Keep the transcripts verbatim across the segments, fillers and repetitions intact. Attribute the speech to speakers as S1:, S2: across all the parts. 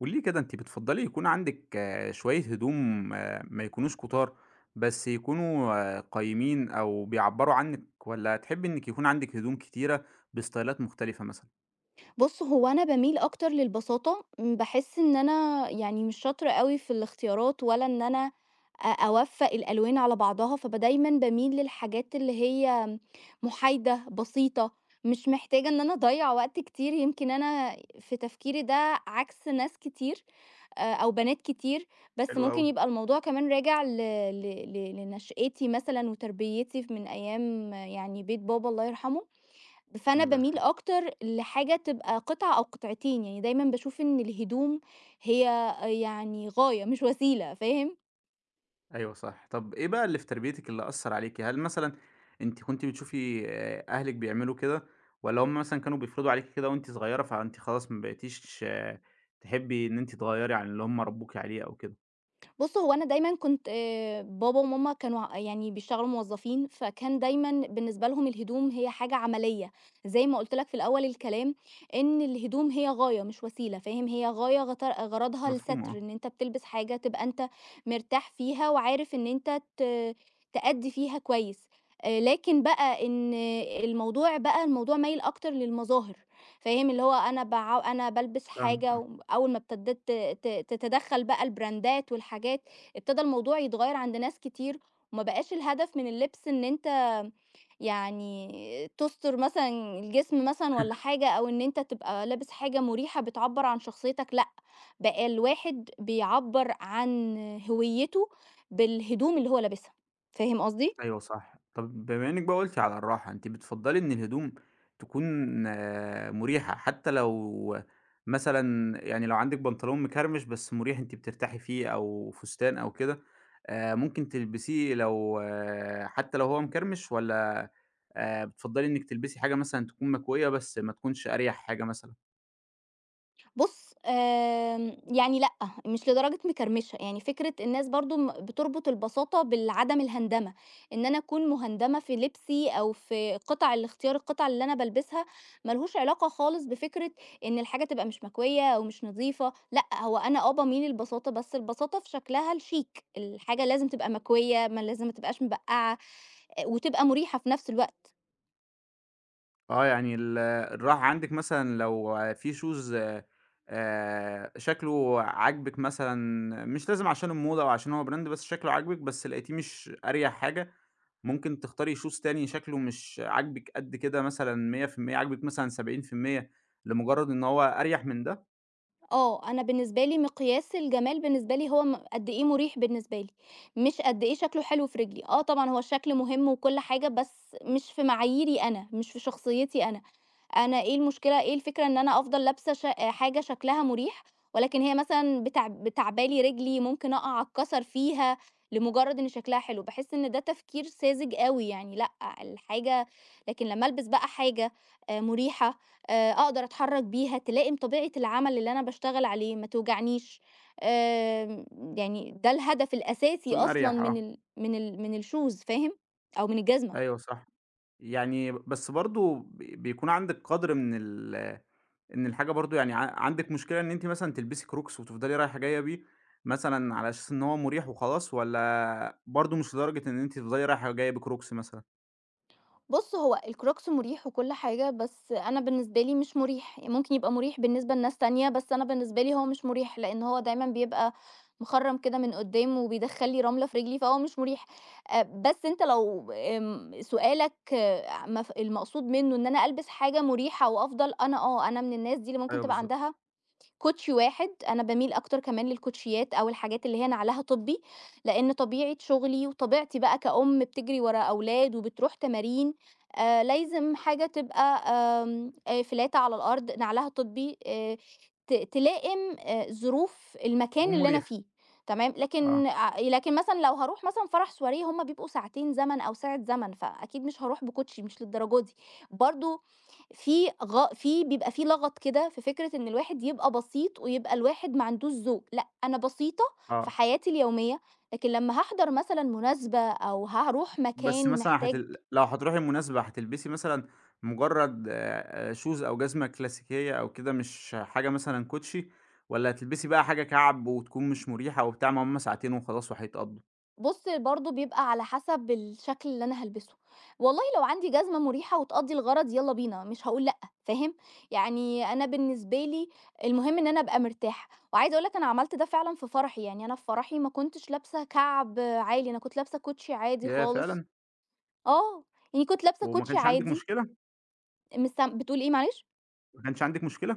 S1: قولي لي كده أنتِ بتفضّلي يكون عندِك آه، شوية هدوم، آه، ما يكونوش كُتار، بس يكونوا، آه، قايمين أو بيعبّروا عنِّك، والّا تحبّي إنِّك يكون عندِك هدوم كتيرة بستايلات مختلفة مثلًا؟
S2: بُص، هو أنا باميل أكتر للبساطة، امم، باحس إن أنا يعني مش شاطرة أوي في الاختيارات ولا إن أنا أ أوفّق الألوان على بعضها، فب دايمًا باميل للحاجات اللي هي مُحايدة، بسيطة، مش محتاجة إن أنا أضيّع وقت كتير، يمكن أنا في تفكيري ده عكس ناس كتير، آآ، أو بنات كتير، بس
S1: حلو أوي.
S2: ممكن يبقى الموضوع كمان راجع ل ل ل لنشأتي مثلًا وتربيتي ف من أيام، آه، يعني بيت بابا الله يرحمه. فأنا
S1: الله
S2: باميل
S1: يرحمه.
S2: أكتر لحاجة تبقى قطعة أو قطعتين، يعني دايمًا باشوف إن الهدوم هي يعني غاية مش وسيلة، فاهم؟
S1: أيوه، صح. طَب إيه بقى اللي في تربيتِك اللي أثّر عليكِ؟ هل مثلًا أنتِ كنتِ بتشوفي آه، أهلِك بيعملوا كده، والّا هم مثلًا كانوا بيفرضوا عليكِ كده وأنتِ صغيرة فأنتِ خلاص ما بقيتيش آه، تحبّي إن أنتِ تغيّري عن اللي هم ربّوكِ عليه أو كده؟
S2: بُص، هو أنا دايمًا كنت، آآ بابا وماما كانوا ع يعني بيشتغلوا موظفين، فكان دايمًا بالنسبة لهم الهدوم هي حاجة عملية، زي ما قُلت لك في الأول الكلام إن الهدوم هي غاية مش وسيلة، فاهم؟ هي غاية، غت غرضها
S1: مفهوم
S2: الستر،
S1: آه،
S2: إن أنت بتلبس حاجة تبقى أنت مرتاح فيها وعارف إن أنت ت تأدّي فيها كويس. آآ لكن بقى إن الموضوع بقى الموضوع مايل أكتر للمظاهر. فاهم؟ اللي هو أنا باع أنا بالبس
S1: فاهمِك
S2: حاجة
S1: آه.
S2: وأول ما ابتديت ت ت- تتدخّل بقى البراندات والحاجات، ابتدى الموضوع يتغيّر عند ناس كتير، وما بقاش الهدف من اللبس إن أنت يعني تُستر مثلًا الجسم مثلًا والّا حاجة، أو إن أنت تبقى لابس حاجة مُريحة بتعبّر عن شخصيتك، لأ، بقى الواحد بيعبّر عن هويته بالهدوم اللي هو لابسها، فاهم قصدي؟
S1: أيوه، صح. طب بما إنِّك بقى قُلتِ على الراحة، أنتِ بتفضّلي إن الهدوم تكون، آه، مُريحة، حتى لو مثلًا يعني لو عندِك بنطلون مكرمش بس مُريح أنتِ بترتاحي فيه، أو فستان أو كده، آآ ممكن تلبسيه لو، آه، حتى لو هو مكرمش، والّا آآ بتفضّلي إنِّك تلبسي حاجة مثلًا تكون مكوية بس ما تكونش أريح حاجة مثلًا؟
S2: بُص، آمم، يعني لأ، مش لدرجة مِكرمشة، يعني فكرة الناس برضه م بتربط البساطة بالعدم الهندَمة، إن أنا أكون مهندَمة في لبسي أو في قطع ال اختيار القطع اللي أنا بالبسها، ما لهوش علاقة خالص بفكرة إن الحاجة تبقى مش مكوية أو مش نضيفة، لأ، هو أنا آه باميل للبساطة، بس البساطة في شكلها الشيك، الحاجة لازم تبقى مكوية، ما لازم ما تبقاش مبقّعة، آآ، وتبقى مُريحة في نفس الوقت.
S1: آه، يعني ال الراحة عندِك مثلًا لو في shoes آآ شكله عاجبِك مثلًا، مش لازم عشان الموضة أو عشان هو brand، بس شكله عاجبِك، بس لقيتيه مش أريح حاجة، ممكن تختاري shoes تاني شكله مش عاجبِك قد كده، مثلًا مية في المية عاجبِك مثلًا سبعين في المية، لمجرد إن هو أريح من ده،
S2: آه، أنا بالنسبة لي مقياس الجمال بالنسبة لي هو م قد إيه مُريح بالنسبة لي، مش قد إيه شكله حلو في رجلي، آه طبعًا هو الشكل مهم وكل حاجة، بس مش في معاييري أنا، مش في شخصيتي أنا. أنا إيه المشكلة، إيه الفكرة إن أنا أفضل لابسة ش حاجة شكلها مريح، ولكن هي مثلًا بتع بتاعبة لي رجلي، ممكن أقع أتكسر فيها لمجرد إن شكلها حلو، باحس إن ده تفكير ساذج أوي يعني لأ، الحاجة لكن لمّا ألبس بقى حاجة آآ مريحة، آآ أقدر أتحرك بيها، تلائم طبيعة العمل اللي أنا باشتغل عليه، ما توجعنيش، آمم يعني ده الهدف الأساسي
S1: يكون
S2: أصلًا
S1: أريح
S2: من
S1: آه.
S2: ال من ال من الshoes، فاهم؟ أو من الجزمة.
S1: أيوه، صح. يعني بس برضه ب بيكون عندِك قدْر من ال إن الحاجة برضه، يعني ع عندِك مشكلة إن أنتِ مثلًا تلبسي Crocs وتفضلي رايحة جاية بيه مثلًا، على أساس إن هو مُريح وخلاص، والّا برضه مش لدرجة إن أنتِ تفضلي رايحة جاية بCrocs مثلًا؟
S2: بُص، هو الcrocs مُريح وكل حاجة، بس أنا بالنسبة لي مش مُريح، ممكن يبقى مُريح بالنسبة لناس تانية، بس أنا بالنسبة لي هو مش مُريح، لإن هو دايمًا بيبقى مخرّم كده من قدّام وبيدخّل لي رملة في رجلي، فهو مش مُريح. آآ، بس أنت لو، آمم، سؤالك، آه، مف المقصود منه إن أنا ألبس حاجة مُريحة وأفضل، أنا آه، أنا من الناس دي اللي ممكن
S1: أيوه،
S2: تبقى
S1: بالضبط.
S2: عندها كوتشي واحد، أنا باميل أكتر كمان للكوتشيات أو الحاجات اللي هي نعلها طبي، لإن طبيعة شغلي وطبيعتي بقى كأم بتجري ورا أولاد وبتروح تمارين، آآ لازم حاجة تبقى، آمم، آآ فلاتة على الأرض، نعلها طبي، آآ ت تلائم آآ ظروف
S1: هو
S2: المكان اللي أنا
S1: مُريح.
S2: فيه، تمام،
S1: آه،
S2: لكن ع لكن مثلًا لو هاروح مثلًا فرح سواريه هم بيبقوا ساعتين زمن أو ساعة زمن، فأكيد مش هاروح بكوتشي، مش للدرجة دي. برضه في غ في بيبقى في لغط كده في فكرة إن الواحد يبقى بسيط ويبقى الواحد ما عندوش ذوق، لأ أنا بسيطة في
S1: آه.
S2: حياتي اليومية، لكن لمّا هاحضر مثلًا مناسبة أو هاروح
S1: بس
S2: مكان
S1: مثلًا
S2: محتاج،
S1: هتل لو هتروحي مناسبة هتلبسي مثلًا مجرد آآ shoes أو جزمة كلاسيكية أو كده، مش حاجة مثلًا كوتشي، والّا هتلبسي بقى حاجة كعب وتكون مش مريحة وبتاع، ما هم ساعتين وخلاص وهيتقضوا؟
S2: بُص برضه بيبقى على حسب الشكل اللي أنا هالبسه، والله لو عندي جزمة مريحة وتقضي الغرض يالّا بينا مش هاقول لأ، فاهم؟ يعني أنا بالنسبة لي المهم إن أنا أبقى مرتاحة، وعايزة أقول لك أنا عملت ده فعلًا في فرحي، يعني أنا في فرحي ما كنتش لابسة كعب عالي، أنا كنت لابسة كوتشي عادي
S1: ياه،
S2: خالص،
S1: فعلًا!
S2: آه، يعني كنت لابسة
S1: وما
S2: كوتشي
S1: كانش عندِك
S2: عادي.
S1: مشكلة؟
S2: مس بتقول إيه معلش؟
S1: ما كانش عندِك مشكلة؟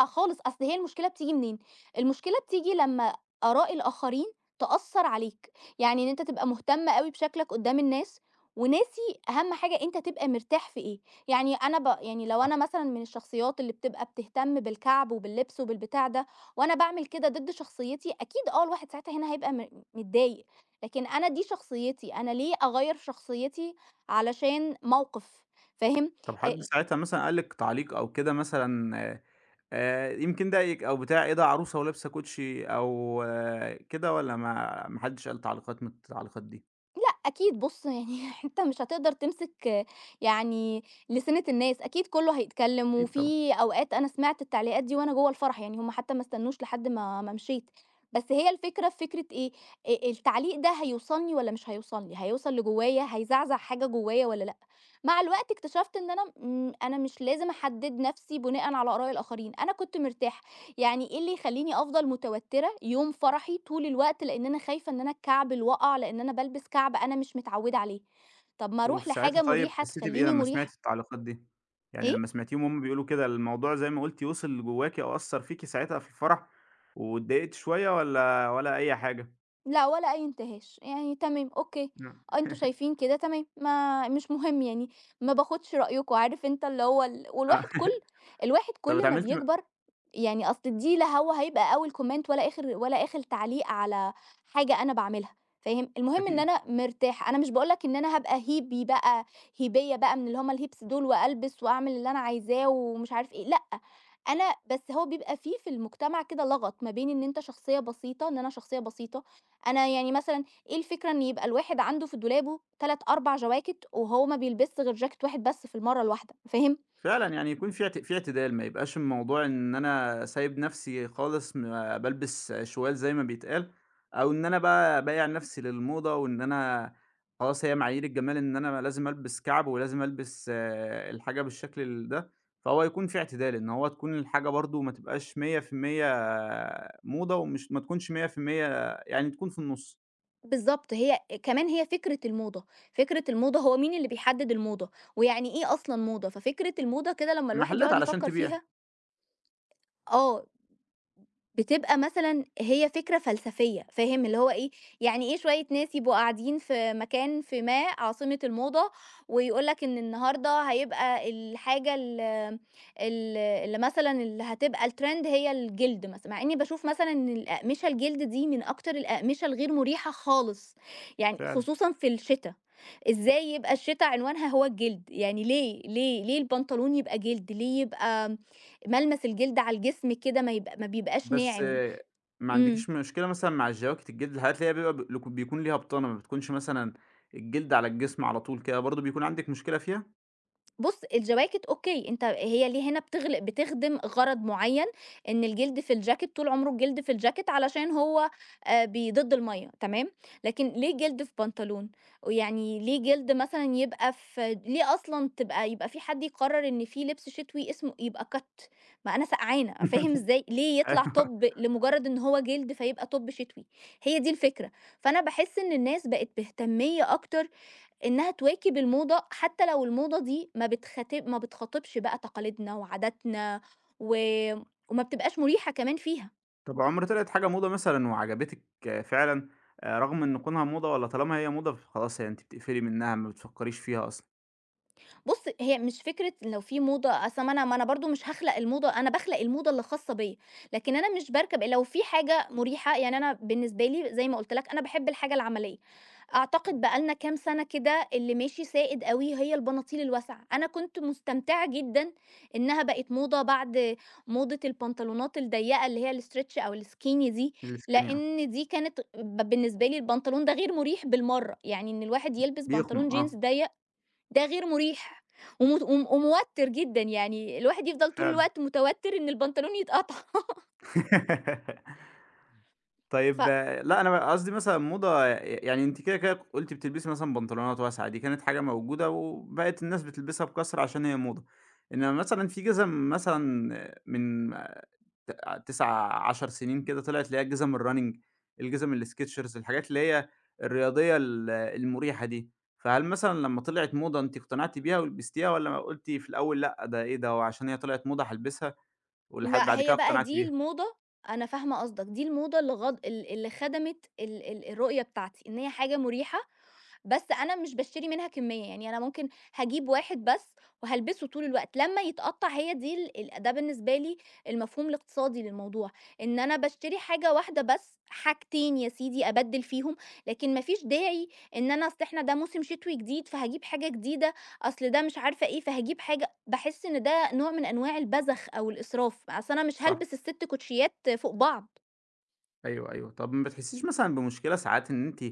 S2: لأ خالص، أصل هي المشكلة بتيجي منين؟ المشكلة بتيجي لمّا آراء الآخرين تأثّر عليك، يعني إن أنت تبقى مهتم أوي بشكلك قدّام الناس، وناسي أهم حاجة أنت تبقى مرتاح في إيه، يعني أنا ب يعني لو
S1: آه،
S2: أنا مثلًا من الشخصيات اللي بتبقى بتهتم بالكعب وباللبس وبالبتاع ده، وأنا باعمل كده ضد شخصيتي، أكيد آه الواحد ساعتها هنا هيبقى م متضايق، لكن أنا دي شخصيتي، أنا ليه أغيّر شخصيتي علشان موقف، فاهم؟
S1: طب حد
S2: آآ
S1: ساعتها مثلًا قال لِك تعليق أو كده، مثلًا آآ يمكن ضايقِك أو بتاع، إيه ده عروسة ولابسة كوتشي، أو آه، كده، والّا ما ما حدش قال تعليقات من التعليقات دي؟
S2: لأ أكيد بُص يعني أنت مش هتقدر تمسك يعني لسِنة الناس، أكيد كلّه هيتكلّم،
S1: أكيد طبعًا.
S2: وفي أوقات أنا سمعت التعليقات دي وأنا جوّه الفرح، يعني هُم حتى ما استنوش لحد ما ما مشيت، بس هي الفكرة في فكرة إيه، آآ التعليق ده هيوصلني والّا مش هيوصلني، هيوصل لجوّايا، هيزعزع حاجة جوّايا والّا لأ؟ مع الوقت اكتشفت إن أنا م أنا مش لازم أحدّد نَفْسي بُناءً على آراء الآخرين، أنا كنت مرتاحة. يعني إيه اللي يخلّيني أفضل متوتّرة يوم فرحي طول الوقت، لإن أنا خايفة إن أنا الكعب الوَقَع، لإن أنا بالبس كعب أنا مش متعوّدة عليه. طب ما أروح
S1: وفي ساعتها
S2: لحاجة
S1: طيب
S2: مُريحة
S1: حسيتِ بإيه
S2: تخلّيني
S1: لمّا سمعتِ
S2: مُريحة.
S1: التعليقات دي؟ يعني
S2: إيه؟
S1: لمّا سمعتيهم هُم بيقولوا كده، الموضوع زي ما قُلتِ وصل لجواكِ أو أثّر فيكِ ساعتها في الفرح، واتضايقتِ شوية، والّا والّا أي حاجة؟
S2: لأ، ولا أي انتهاش، يعني تمام، أوكي،
S1: نعم.
S2: آه، أنتم شايفين كده تمام، ما مش مهم يعني، ما باخدش رأيكم، عارف أنت اللي هو ال،
S1: آه.
S2: والواحد كل الواحد
S1: طب
S2: كل ما
S1: اتعاملتِ م
S2: بيكبر، يعني أصل دي لا هو هيبقى أول comment ولا آخر ولا آخر تعليق على حاجة أنا باعملها، فاهم؟ المهم إن
S1: أكيد.
S2: أنا مرتاحة، أنا مش باقول لك إن أنا هابقى هيبي بقى، هيبية بقى من اللي هم الهيبس دول وألبس وأعمل اللي أنا عايزاه ومش عارف إيه، لأ، أنا بس هو بيبقى في في المجتمع كده لغط ما بين إن أنت شخصية بسيطة، إن أنا شخصية بسيطة أنا يعني مثلًا إيه الفكرة إن يبقى الواحد عنده في دولابه ثلاثة، أربعة جواكت وهو ما بيلبسش غير جاكيت واحد بس في المَرّة الواحدة، فاهم؟
S1: فعلًا، يعني يكون في اعت في اعتدال، ما يبقاش الموضوع إن أنا سايب نَفْسي خالص م بالبس شوال زي ما بيتقال، أو إن أنا بقى بايع نَفْسي للموضة وإن أنا خلاص هي معايير الجمال إن أنا لازم ألبس كَعْب، ولازم ألبس آه، الحاجة بالشكل ال ده، فهو يكون في اعتدال، إن هو تكون الحاجة برضه ما تبقاش مية في المية موضة، ومش ما تكونش مية في المية، يعني تكون في النُّص.
S2: بالضبط، هي كمان هي فكرة الموضة، فكرة الموضة هو مين اللي بيحدد الموضة، ويعني إيه أصلًا موضة، ففكرة الموضة كده لمّا الواحد
S1: محلات
S2: يقعد
S1: علشان
S2: يفكّر
S1: تبيع.
S2: فيها. آه. بتبقى مثلًا هي فكرة فلسفية، فاهم؟ اللي هو إيه، يعني إيه شوية ناس يبقوا قاعدين في مكان في ما عاصمة الموضة، ويقول لك إن النهارده هيبقى الحاجة ال ال اللي مثلًا اللي هتبقى الtrend هي الجلد مثلًا، مع إني باشوف مثلًا إن الأقمشة الجلد دي من أكتر الأقمشة الغير مريحة خالص، يعني
S1: فعلًا.
S2: خصوصًا في الشتا، إزاي يبقى الشتا عنوانها هو الجلد؟ يعني ليه، ليه، ليه البنطلون يبقى جلد؟ ليه يبقى ملمس الجلد على الجسم كده ما يبق ما بيبقاش
S1: بس
S2: ناعم.
S1: آه، ما
S2: إمم.
S1: عندكيش مشكلة مثلًا مع الجواكت الجلد، الحاجات اللي هي بيبقى ب بيكون ليها بطانة، ما بتكونش مثلًا الجلد على الجسم على طول كده، برضه بيكون عندِك مشكلة فيها؟
S2: بُص، الجواكت أوكي، أنت هي ليه هنا بتغل بتخدم غرض معيّن، إن الجلد في الجاكيت طول عمره الجلد في الجاكيت علشان هو آآ بي ضد المَيّة تمام، لكن ليه جلد في بنطلون؟ ويعني ليه جلد مثلًا يبقى في ليه أصلًا تبقى يبقى في حد يقرر إن في لبس شتوي اسمه يبقى كَت ما أنا سقعانة فاهم إزاي؟ ليه يطلع
S1: أيوه.
S2: توب لمجرد إن هو جلد فيبقى توب شتوي؟ هي دي الفكرة، فأنا باحس إن الناس بقت مهتمية أكتر إنها تواكب الموضة، حتى لو الموضة دي ما بتخات ما بتخاطبش بقى تقاليدنا وعاداتنا و وما بتبقاش مُريحة كمان فيها.
S1: طب عُمر طلعت حاجة موضة مثلًا وعجبتِك، آه، فعلًا، آآ رغم إن كونها موضة، والّا طالما هي موضة فخلاص هي أنتِ بتقفلي منها ما بتفكّريش فيها أصلًا؟
S2: بُص، هي مش فكرة لو في موضة أصل ما أنا ما أنا برضه مش هاخلق الموضة، أنا باخلق الموضة اللي خاصة بيّا، لكن أنا مش باركب لو في حاجة مريحة يعني أنا بالنسبة لي زي ما قُلت لك أنا باحب الحاجة العملية، أعتقد بقى لنا كام سَنة كده اللي ماشي سائد أوي هي البناطيل الواسعة، أنا كنت مستمتعة جدًا إنها بقت موضة بعد موضة البنطلونات الضيّقة اللي هي الstretch أو الskinny دي،
S1: الskinny، آه.
S2: لإن دي كانت ب بالنسبة لي البنطلون ده غير مريح بالمرّة، يعني إن الواحد يلبس بنطلون
S1: بيخنق،
S2: جينز
S1: آه.
S2: ضيّق ده غير مُريح ومت وم وموتّر جدًا، يعني الواحد يفضل طول
S1: فعلًا.
S2: الوقت متوتّر إن البنطلون يتقطع ف
S1: طيب آآ لأ، أنا قصدي مثلًا موضة ي يعني أنتِ كده، كده قُلتِ بتلبسي مثلًا بنطلونات واسعة، دي كانت حاجة موجودة وبقت الناس بتلبسها بكثرة عشان هي موضة. إنما مثلًا في جِزم مثلًا من ت تسعة، عشر سنين كده طلعت اللي هي جِزم الrunning، الجِزم الsketchers، الحاجات اللي هي الرياضية ال المريحة دي. فهل مثلًا لمّا طلعت موضة أنتِ اقتنعتِ بيها ولبستيها، والّا قُلتِ في الأول لأ، ده إيه ده، هو عشان هي طلعت موضة هالبسها، ولحد
S2: لأ،
S1: بعد كده
S2: هي بقى
S1: اقتنعتِ
S2: دي
S1: بيها؟
S2: الموضة أنا فاهمة قصدك، دي الموضة اللي غض ال اللي خدمت ال ال الرؤية بتاعتي، إن هي حاجة مُريحة بس أنا مش باشتري منها كمية، يعني أنا ممكن هاجيب واحد بس وهالبسه طول الوقت، لمّا يتقطّع هي دي ال ال ده بالنسبة لي المفهوم الاقتصادي للموضوع، إن أنا باشتري حاجة واحدة بس، حاجتين يا سيدي أبدِّل فيهم، لكن ما فيش داعي إن أنا أصل إحنا ده موسم شتوي جديد فهاجيب حاجة جديدة، أصل ده مش عارفة إيه فهاجيب حاجة باحس إن ده نوع من أنواع البذخ أو الإسراف، أصل أنا مش
S1: صح.
S2: هالبس الست كوتشيات فوق بعض،
S1: أيوه، أيوه. طب ما بتحسّيش مثلًا بمشكلة ساعات إن أنتِ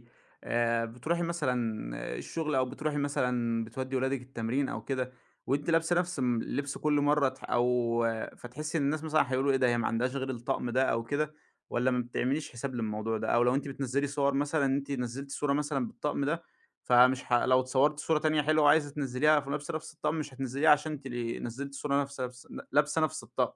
S1: آآ بتروحي مثلًا الشغل، أو بتروحي مثلًا بتودّي ولادِك التمرين أو كده، وأنتِ لابسة نفس م اللبس كل مرّة، تح أو آه، فتحسّي إن الناس مثلًا هيقولوا إيه ده، هي ما عندهاش غير الطقم ده أو كده، والّا ما بتعمليش حساب للموضوع ده؟ أو لو أنتِ بتنزّلي صور، مثلًا أنتِ نزّلتِ صورة مثلًا بالطقم ده، فمش ه لو اتصورتِ صورة تانية حلوة وعايزة تنزّليها فلابسة نفس نفس الطقم، مش هتنزّليها عشان أنتِ ل نزّلتِ صورة نفس لابسة ن لابسة نفس الطقم.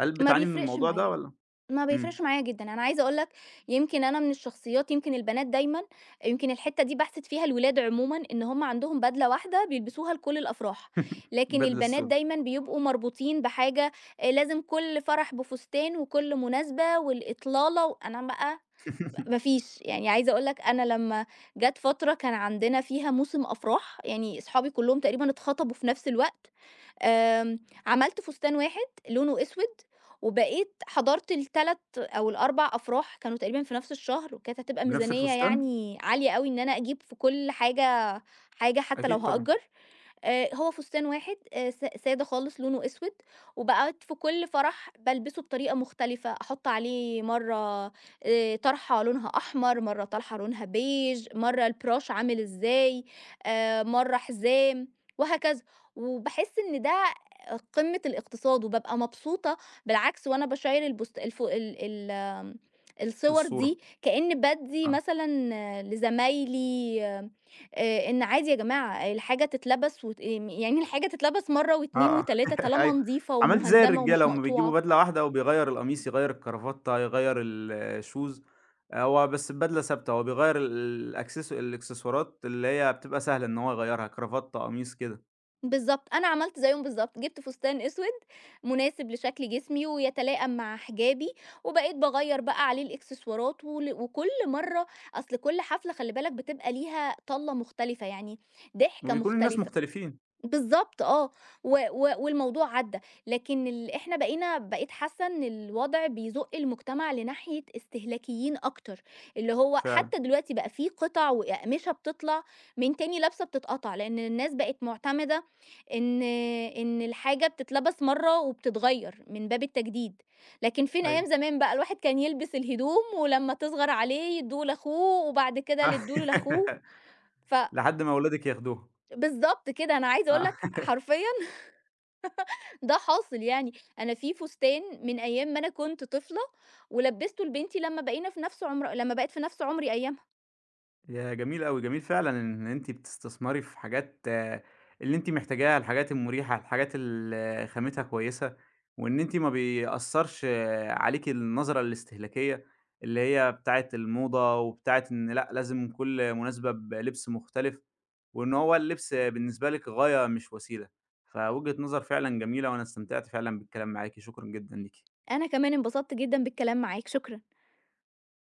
S1: هل
S2: ما
S1: بتعاني من
S2: بيفرقش
S1: الموضوع ده،
S2: معايا.
S1: والّا؟
S2: ما
S1: إمم.
S2: بيفرقش معايا جدًا، أنا عايزة أقول لك يمكن أنا من الشخصيات يمكن البنات دايمًا يمكن الحتة دي باحسد فيها الولاد عمومًا، إن هم عندهم بدلة واحدة بيلبسوها لكل الأفراح، لكن
S1: البدلة
S2: البنات
S1: السودا.
S2: دايمًا بيبقوا مربوطين بحاجة، آآ، لازم كل فرح بفستان وكل مناسبة والإطلالة وأنا بقى ما فيش، يعني عايزة أقول لك أنا لمّا جات فترة كان عندنا فيها موسم أفراح، يعني أصحابي كلّهم تقريبًا اتخطبوا في نفس الوقت. آمم، عملت فستان واحد لونه أسود، وبقيت حضرت الثلاثة أو الأربعة أفراح كانوا تقريبًا في نفس الشهر، وكانت هتبقى
S1: بنفس
S2: ميزانية
S1: الفستان؟
S2: يعني عالية أوي إن أنا أجيب في كل حاجة حاجة حتى لو
S1: أكيد طبعًا.
S2: هأجّر. آآ هو فستان واحد، آآ س سادة خالص لونه أسود، وبقيت في كل فرح بالبسه بطريقة مختلفة، أحط عليه مرّة، آآ طرحة لونها أحمر، مرّة طرحة لونها بيج، مرّة البروش عامل إزاي، آآ مرّة حزام، وهكذا. وباحس إن ده قمة الاقتصاد، وبابقى مبسوطة بالعكس وأنا باشيّر البوست الف ال ال آمم الصور
S1: الصورة.
S2: دي كأني بادّي
S1: آه.
S2: مثلًا، آه، لزمايلي، آآ إن عادي يا جماعة الحاجة تتلبس وت آمم يعني الحاجة تتلبس مرّة
S1: آه،
S2: واثنين
S1: آه،
S2: وتلاتة طالما
S1: أيوه.
S2: نضيفة
S1: عملت زي
S2: ومهندمة
S1: الرجالة،
S2: ومش
S1: هُم بيجيبوا
S2: مقطوعة.
S1: بدلة واحدة وبيغيّر القميص، يغيّر الكرافتة، يغيّر الشوز، هو بس البدلة ثابتة، هو بيغيّر ال- الأكسس الإكسسوارات اللي هي بتبقى سهلة إن هو يغيّرها، كرافتة، قميص كده،
S2: بالضبط، أنا عملت زيّهم بالضبط، جِبت فستان أسود مناسب لشكل جسمي ويتلائم مع حجابي، وبقيت باغيّر بقى عليه الإكسسوارات ول وكل مرّة أصل كل حفلة خلّي بالك بتبقى ليها طَلّة مختلفة، يعني ضحكة
S1: وبيكون الناس
S2: مختلفة.
S1: مختلفين،
S2: بالضبط آه، و و والموضوع عدّى، لكن ال إحنا بقينا بقيت حاسة إن الوضع بيزُق المجتمع لناحية استهلاكيين أكتر، اللي هو
S1: فعلًا،
S2: حتى دلوقتي بقى في قطع وأقمشة بتطلع من تاني لابسة بتتقطع، لإن الناس بقت مُعتمدة إن إن الحاجة بتتلبس مرّة وبتتغيّر من باب التجديد، لكن فين أيام
S1: أيوه.
S2: زمان بقى الواحد كان يلبس الهدوم ولمّا تصغر عليه يدّوه لأخوه وبعد كده اللي تدّوا له لأخوه، ف
S1: لحد ما ولادِك ياخدوها.
S2: بالضبط كده، أنا عايزة أقول
S1: آه.
S2: لك حرفيًا ده حاصل يعني، أنا في فستان من أيام ما أنا كنت طفلة ولبّسته لبنتي لمّا بقينا في نفْس عمر لمّا بقت في نفْس عمري أيامها،
S1: يا جميل أوي، جميل فعلًا إن أنتِ بتستثمري في حاجات آه، اللي أنتِ محتاجاها، الحاجات المريحة، الحاجات اللي خامتها كويسة، وإن أنتِ ما بيأثّرش عليكِ النظرة الاستهلاكية اللي هي بتاعة الموضة وبتاعة إن لأ، لازم كل مناسبة بلبس مختلف، وإن هو اللبس بالنسبة لِك غاية مش وسيلة، فوجهة نظر فعلًا جميلة، وأنا استمتعت فعلًا بالكلام معاكِ، شكرًا جدًا ليكِ.
S2: أنا كمان انبسطت جدًا بالكلام معاك، شكرًا.